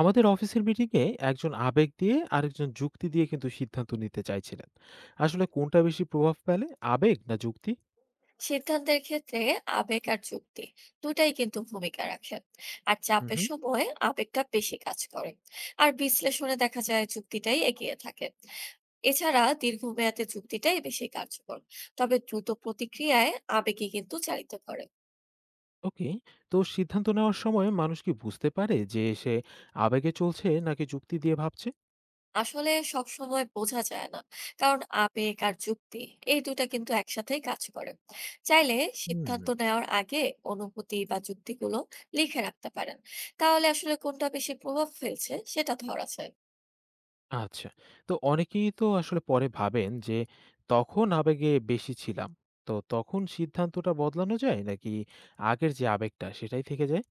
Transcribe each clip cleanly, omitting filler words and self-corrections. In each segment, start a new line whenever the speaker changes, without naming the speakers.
আমাদের অফিসের মিটিংয়ে একজন আবেগ দিয়ে আরেকজন যুক্তি দিয়ে কিন্তু সিদ্ধান্ত নিতে চাইছিলেন। আসলে কোনটা বেশি প্রভাব ফেলে, আবেগ না যুক্তি?
সিদ্ধান্তের ক্ষেত্রে আবেগ আর যুক্তি দুটাই কিন্তু ভূমিকা রাখে। আর চাপের
হুম।
সময় আবেগটা বেশি কাজ করে, আর বিশ্লেষণে দেখা যায় যুক্তিটাই এগিয়ে থাকে। এছাড়া দীর্ঘমেয়াদে যুক্তিটাই বেশি কার্যকর, তবে দ্রুত প্রতিক্রিয়ায় আবেগই কিন্তু চালিত করে।
ওকে, তো সিদ্ধান্ত নেওয়ার সময় মানুষ কি বুঝতে পারে যে সে আবেগে চলছে নাকি যুক্তি দিয়ে ভাবছে?
আসলে সবসময় বোঝা যায় না, কারণ আবেগ আর যুক্তি এই দুইটা কিন্তু একসাথেই কাজ করে। চাইলে
হুম।
সিদ্ধান্ত নেওয়ার আগে অনুভূতি বা যুক্তিগুলো লিখে রাখতে পারেন, তাহলে আসলে কোনটা বেশি প্রভাব ফেলছে সেটা ধরা যায়।
আচ্ছা, তো অনেকেই তো আসলে পরে ভাবেন যে তখন আবেগে বেশি ছিলাম। তো তখন সিদ্ধান্তটা বদলানো যায় নাকি আগের যে আবেগটা সেটাই থেকে যায়?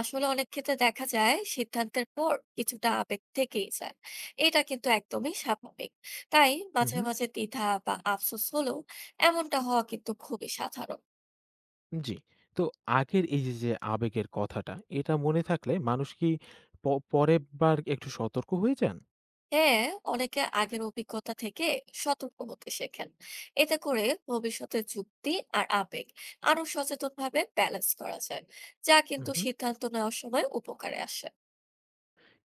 আসলে অনেক ক্ষেত্রে দেখা যায় সিদ্ধান্তের পর কিছুটা আবেগ থেকেই যায়। এটা কিন্তু একদমই স্বাভাবিক। তাই
হুম।
মাঝে মাঝে দ্বিধা বা আফসোস হলেও এমনটা হওয়া কিন্তু খুবই সাধারণ।
জি। তো আগের এই যে আবেগের কথাটা, এটা মনে থাকলে মানুষ কি প পরের বার একটু সতর্ক হয়ে যান?
হ্যাঁ, অনেকে আগের অভিজ্ঞতা থেকে সতর্ক হতে শেখেন। এতে করে ভবিষ্যতে যুক্তি আর আবেগ আরো সচেতন ভাবে ব্যালেন্স করা যায়, যা
হু,
কিন্তু
হু।
সিদ্ধান্ত নেওয়ার সময় উপকারে আসে।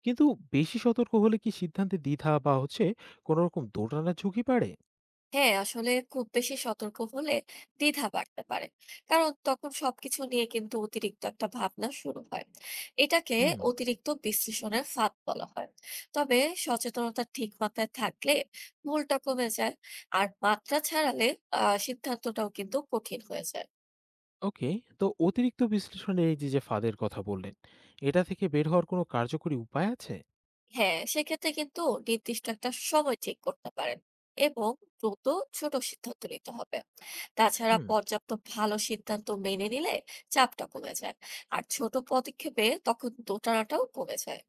কিন্তু বেশি সতর্ক হলে কি সিদ্ধান্তে দ্বিধা বা হচ্ছে কোনরকম দোটানার ঝুঁকি বাড়ে?
হ্যাঁ, আসলে খুব বেশি সতর্ক হলে দ্বিধা বাড়তে পারে, কারণ তখন সবকিছু নিয়ে কিন্তু অতিরিক্ত একটা ভাবনা শুরু হয়। এটাকে
হুম।
অতিরিক্ত বিশ্লেষণের ফাঁদ বলা হয়। তবে সচেতনতা ঠিক মাত্রায় থাকলে ভুলটা কমে যায়, আর মাত্রা ছাড়ালে সিদ্ধান্তটাও কিন্তু কঠিন হয়ে যায়।
ওকে, তো অতিরিক্ত বিশ্লেষণের এই যে ফাঁদের কথা বললেন, এটা থেকে বের হওয়ার কোনো কার্যকরী উপায় আছে?
হ্যাঁ, সেক্ষেত্রে কিন্তু নির্দিষ্ট একটা সময় ঠিক করতে পারেন, এবং দ্রুত ছোট সিদ্ধান্ত নিতে হবে। তাছাড়া
হুম।
পর্যাপ্ত ভালো সিদ্ধান্ত মেনে নিলে চাপটা কমে যায়, আর ছোট পদক্ষেপে তখন দোটানাটাও কমে যায়।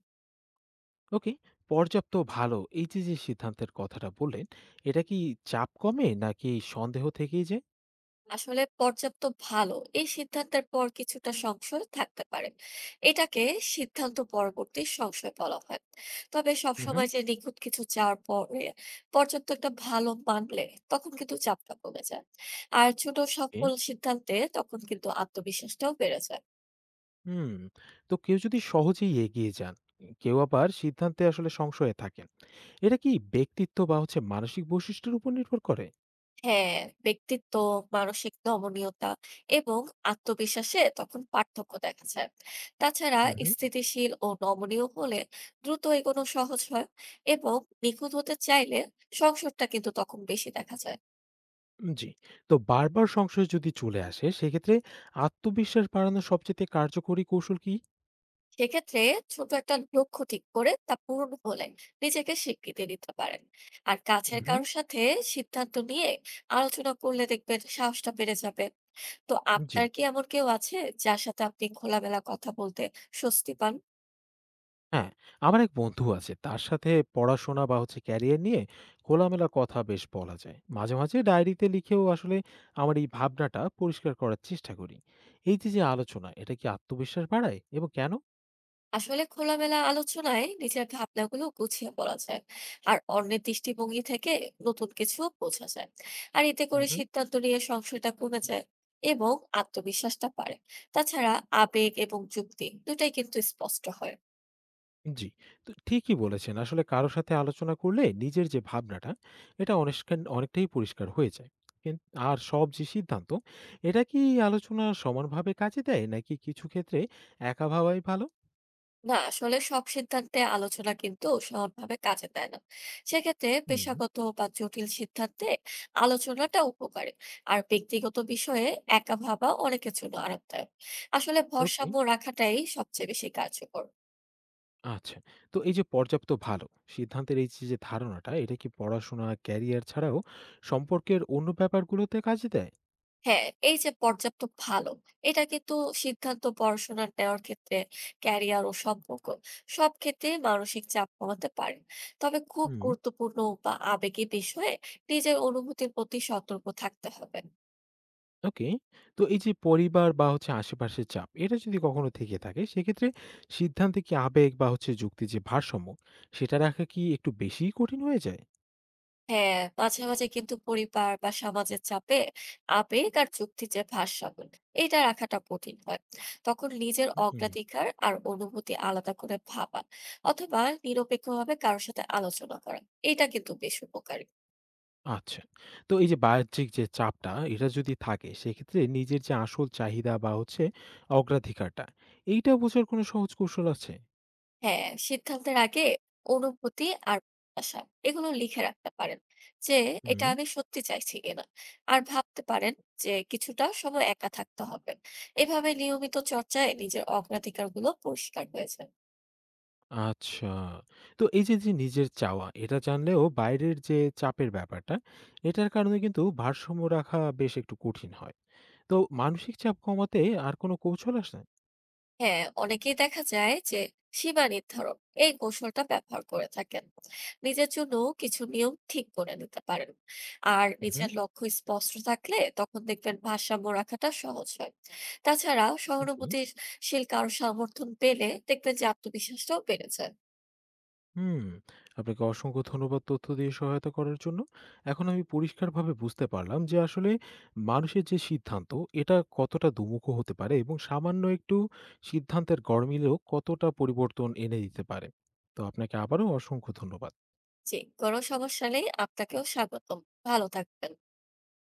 ওকে। পর্যাপ্ত ভালো এই যে সিদ্ধান্তের কথাটা বললেন, এটা কি চাপ কমে নাকি সন্দেহ থেকেই যায়?
আসলে পর্যাপ্ত ভালো এই সিদ্ধান্তের পর কিছুটা সংশয় থাকতে পারে। এটাকে সিদ্ধান্ত পরবর্তী সংশয় বলা হয়। তবে
হু, হু।
সবসময় যে নিখুঁত কিছু চাওয়ার পরে পর্যাপ্ত একটা ভালো মানলে তখন কিন্তু চাপটা কমে যায়, আর ছোট
ওকে।
সফল সিদ্ধান্তে তখন কিন্তু আত্মবিশ্বাসটাও বেড়ে যায়।
হুম। তো কেউ যদি সহজেই এগিয়ে যান, কেউ আবার সিদ্ধান্তে আসলে সংশয়ে থাকেন। এটা কি ব্যক্তিত্ব বা হচ্ছে মানসিক বৈশিষ্ট্যের উপর নির্ভর করে?
হ্যাঁ, ব্যক্তিত্ব, মানসিক নমনীয়তা এবং আত্মবিশ্বাসে তখন পার্থক্য দেখা যায়। তাছাড়া
হুম হুম।
স্থিতিশীল ও নমনীয় হলে দ্রুত এগোনো সহজ হয়, এবং নিখুঁত হতে চাইলে সংকটটা কিন্তু তখন বেশি দেখা যায়।
জি, তো বারবার সংশয় যদি চলে আসে, সেক্ষেত্রে আত্মবিশ্বাস বাড়ানোর সবচেয়ে কার্যকরী কৌশল কি?
সেক্ষেত্রে ছোট একটা লক্ষ্য ঠিক করে তা পূরণ হলে নিজেকে স্বীকৃতি দিতে পারেন। আর
হুম
কাছের
হুম।
কারোর সাথে সিদ্ধান্ত নিয়ে আলোচনা করলে দেখবেন সাহসটা বেড়ে যাবে। তো
জি।
আপনার কি এমন কেউ আছে যার সাথে আপনি খোলামেলা কথা বলতে স্বস্তি পান?
হ্যাঁ, আমার এক বন্ধু আছে। তার সাথে পড়াশোনা বা হচ্ছে ক্যারিয়ার নিয়ে খোলামেলা কথা বেশ বলা যায়। মাঝে, মাঝে ডায়েরিতে লিখেও আসলে আমার এই ভাবনাটা পরিষ্কার করার চেষ্টা করি। এই যে আলোচনা, এটা কি আত্মবিশ্বাস বাড়ায়, এবং কেন?
আসলে খোলামেলা আলোচনায় নিজের ভাবনাগুলো গুছিয়ে বলা যায়, আর অন্যের দৃষ্টিভঙ্গি থেকে নতুন কিছু বোঝা যায়, আর এতে
হুম,
করে
হুম।
সিদ্ধান্ত নিয়ে সংশয়টা কমে যায় এবং আত্মবিশ্বাসটা বাড়ে। তাছাড়া আবেগ এবং যুক্তি দুটাই কিন্তু স্পষ্ট হয়।
জি, তো ঠিকই বলেছেন। আসলে কারো সাথে আলোচনা করলে নিজের যে ভাবনাটা, এটা অনেকটাই পরিষ্কার হয়ে যায়। কিন আর সব যে সিদ্ধান্ত, এটা কি আলোচনা সমানভাবে কাজে দেয় নাকি কিছু ক্ষেত্রে একা ভাবাই ভালো?
না, আসলে সব সিদ্ধান্তে আলোচনা কিন্তু সমানভাবে কাজে দেয় না। সেক্ষেত্রে
হুম।
পেশাগত বা জটিল সিদ্ধান্তে আলোচনাটা উপকারী, আর ব্যক্তিগত বিষয়ে একা ভাবা অনেকের জন্য আরামদায়ক। আসলে
ওকে।
ভারসাম্য রাখাটাই সবচেয়ে বেশি কার্যকর।
আচ্ছা, তো এই যে পর্যাপ্ত ভালো সিদ্ধান্তের এই যে ধারণাটা, এটা কি পড়াশোনা, ক্যারিয়ার ছাড়াও সম্পর্কের অন্য ব্যাপারগুলোতে কাজে দেয়?
হ্যাঁ, এই যে পর্যাপ্ত ভালো, এটা কিন্তু সিদ্ধান্ত পড়াশোনা নেওয়ার ক্ষেত্রে, ক্যারিয়ার ও সম্পর্ক সব ক্ষেত্রে মানসিক চাপ কমাতে পারে। তবে খুব
হুম।
গুরুত্বপূর্ণ বা আবেগী বিষয়ে নিজের অনুভূতির প্রতি সতর্ক থাকতে হবে।
ওকে, তো এই যে পরিবার বা হচ্ছে আশেপাশের চাপ, এটা যদি কখনো থেকে থাকে, সেক্ষেত্রে সিদ্ধান্তে কি আবেগ বা হচ্ছে যুক্তির যে ভারসাম্য, সেটা রাখা কি একটু বেশিই কঠিন হয়ে যায়?
হ্যাঁ, মাঝে মাঝে কিন্তু পরিবার বা সমাজের চাপে আবেগ আর যুক্তির যে ভারসাম্য, এটা রাখাটা কঠিন হয়। তখন নিজের
হুম।
অগ্রাধিকার আর অনুভূতি আলাদা করে ভাবা, অথবা নিরপেক্ষভাবে কারোর সাথে আলোচনা করা, এটা কিন্তু বেশ উপকারী।
আচ্ছা, তো এই যে বাহ্যিক যে চাপটা, এটা যদি থাকে, সেক্ষেত্রে নিজের যে আসল চাহিদা বা হচ্ছে অগ্রাধিকারটা, এইটা বোঝার কোনো সহজ কৌশল আছে?
হ্যাঁ, সিদ্ধান্তের আগে অনুভূতি আর আশা এগুলো লিখে রাখতে পারেন, যে এটা
হুম।
আমি সত্যি চাইছি কিনা। আর ভাবতে পারেন যে কিছুটা সময় একা থাকতে হবে। এভাবে নিয়মিত চর্চায় নিজের অগ্রাধিকারগুলো পরিষ্কার হয়ে যায়।
আচ্ছা, তো এই যে নিজের চাওয়া এটা জানলেও বাইরের যে চাপের ব্যাপারটা, এটার কারণে কিন্তু ভারসাম্য রাখা বেশ একটু কঠিন হয়। তো মানসিক চাপ কমাতে আর কোনো কৌশল আছে?
হ্যাঁ, অনেকেই দেখা যায় যে সীমা নির্ধারণ এই কৌশলটা ব্যবহার করে থাকেন। নিজের জন্য কিছু নিয়ম ঠিক করে নিতে পারেন, আর
উহুম।
নিজের লক্ষ্য স্পষ্ট থাকলে তখন দেখবেন ভারসাম্য রাখাটা সহজ হয়। তাছাড়া
আপনি?
সহানুভূতিশীল কারো সমর্থন পেলে দেখবেন যে আত্মবিশ্বাসটাও বেড়ে যায়।
হুম, আপনাকে অসংখ্য ধন্যবাদ তথ্য দিয়ে সহায়তা করার জন্য। এখন আমি পরিষ্কারভাবে বুঝতে পারলাম যে আসলে মানুষের যে সিদ্ধান্ত, এটা কতটা দুমুখো হতে পারে, এবং সামান্য একটু সিদ্ধান্তের গরমিলেও কতটা পরিবর্তন এনে দিতে পারে। তো আপনাকে আবারও অসংখ্য ধন্যবাদ।
জি, কোনো সমস্যা নেই। আপনাকেও স্বাগতম। ভালো থাকবেন।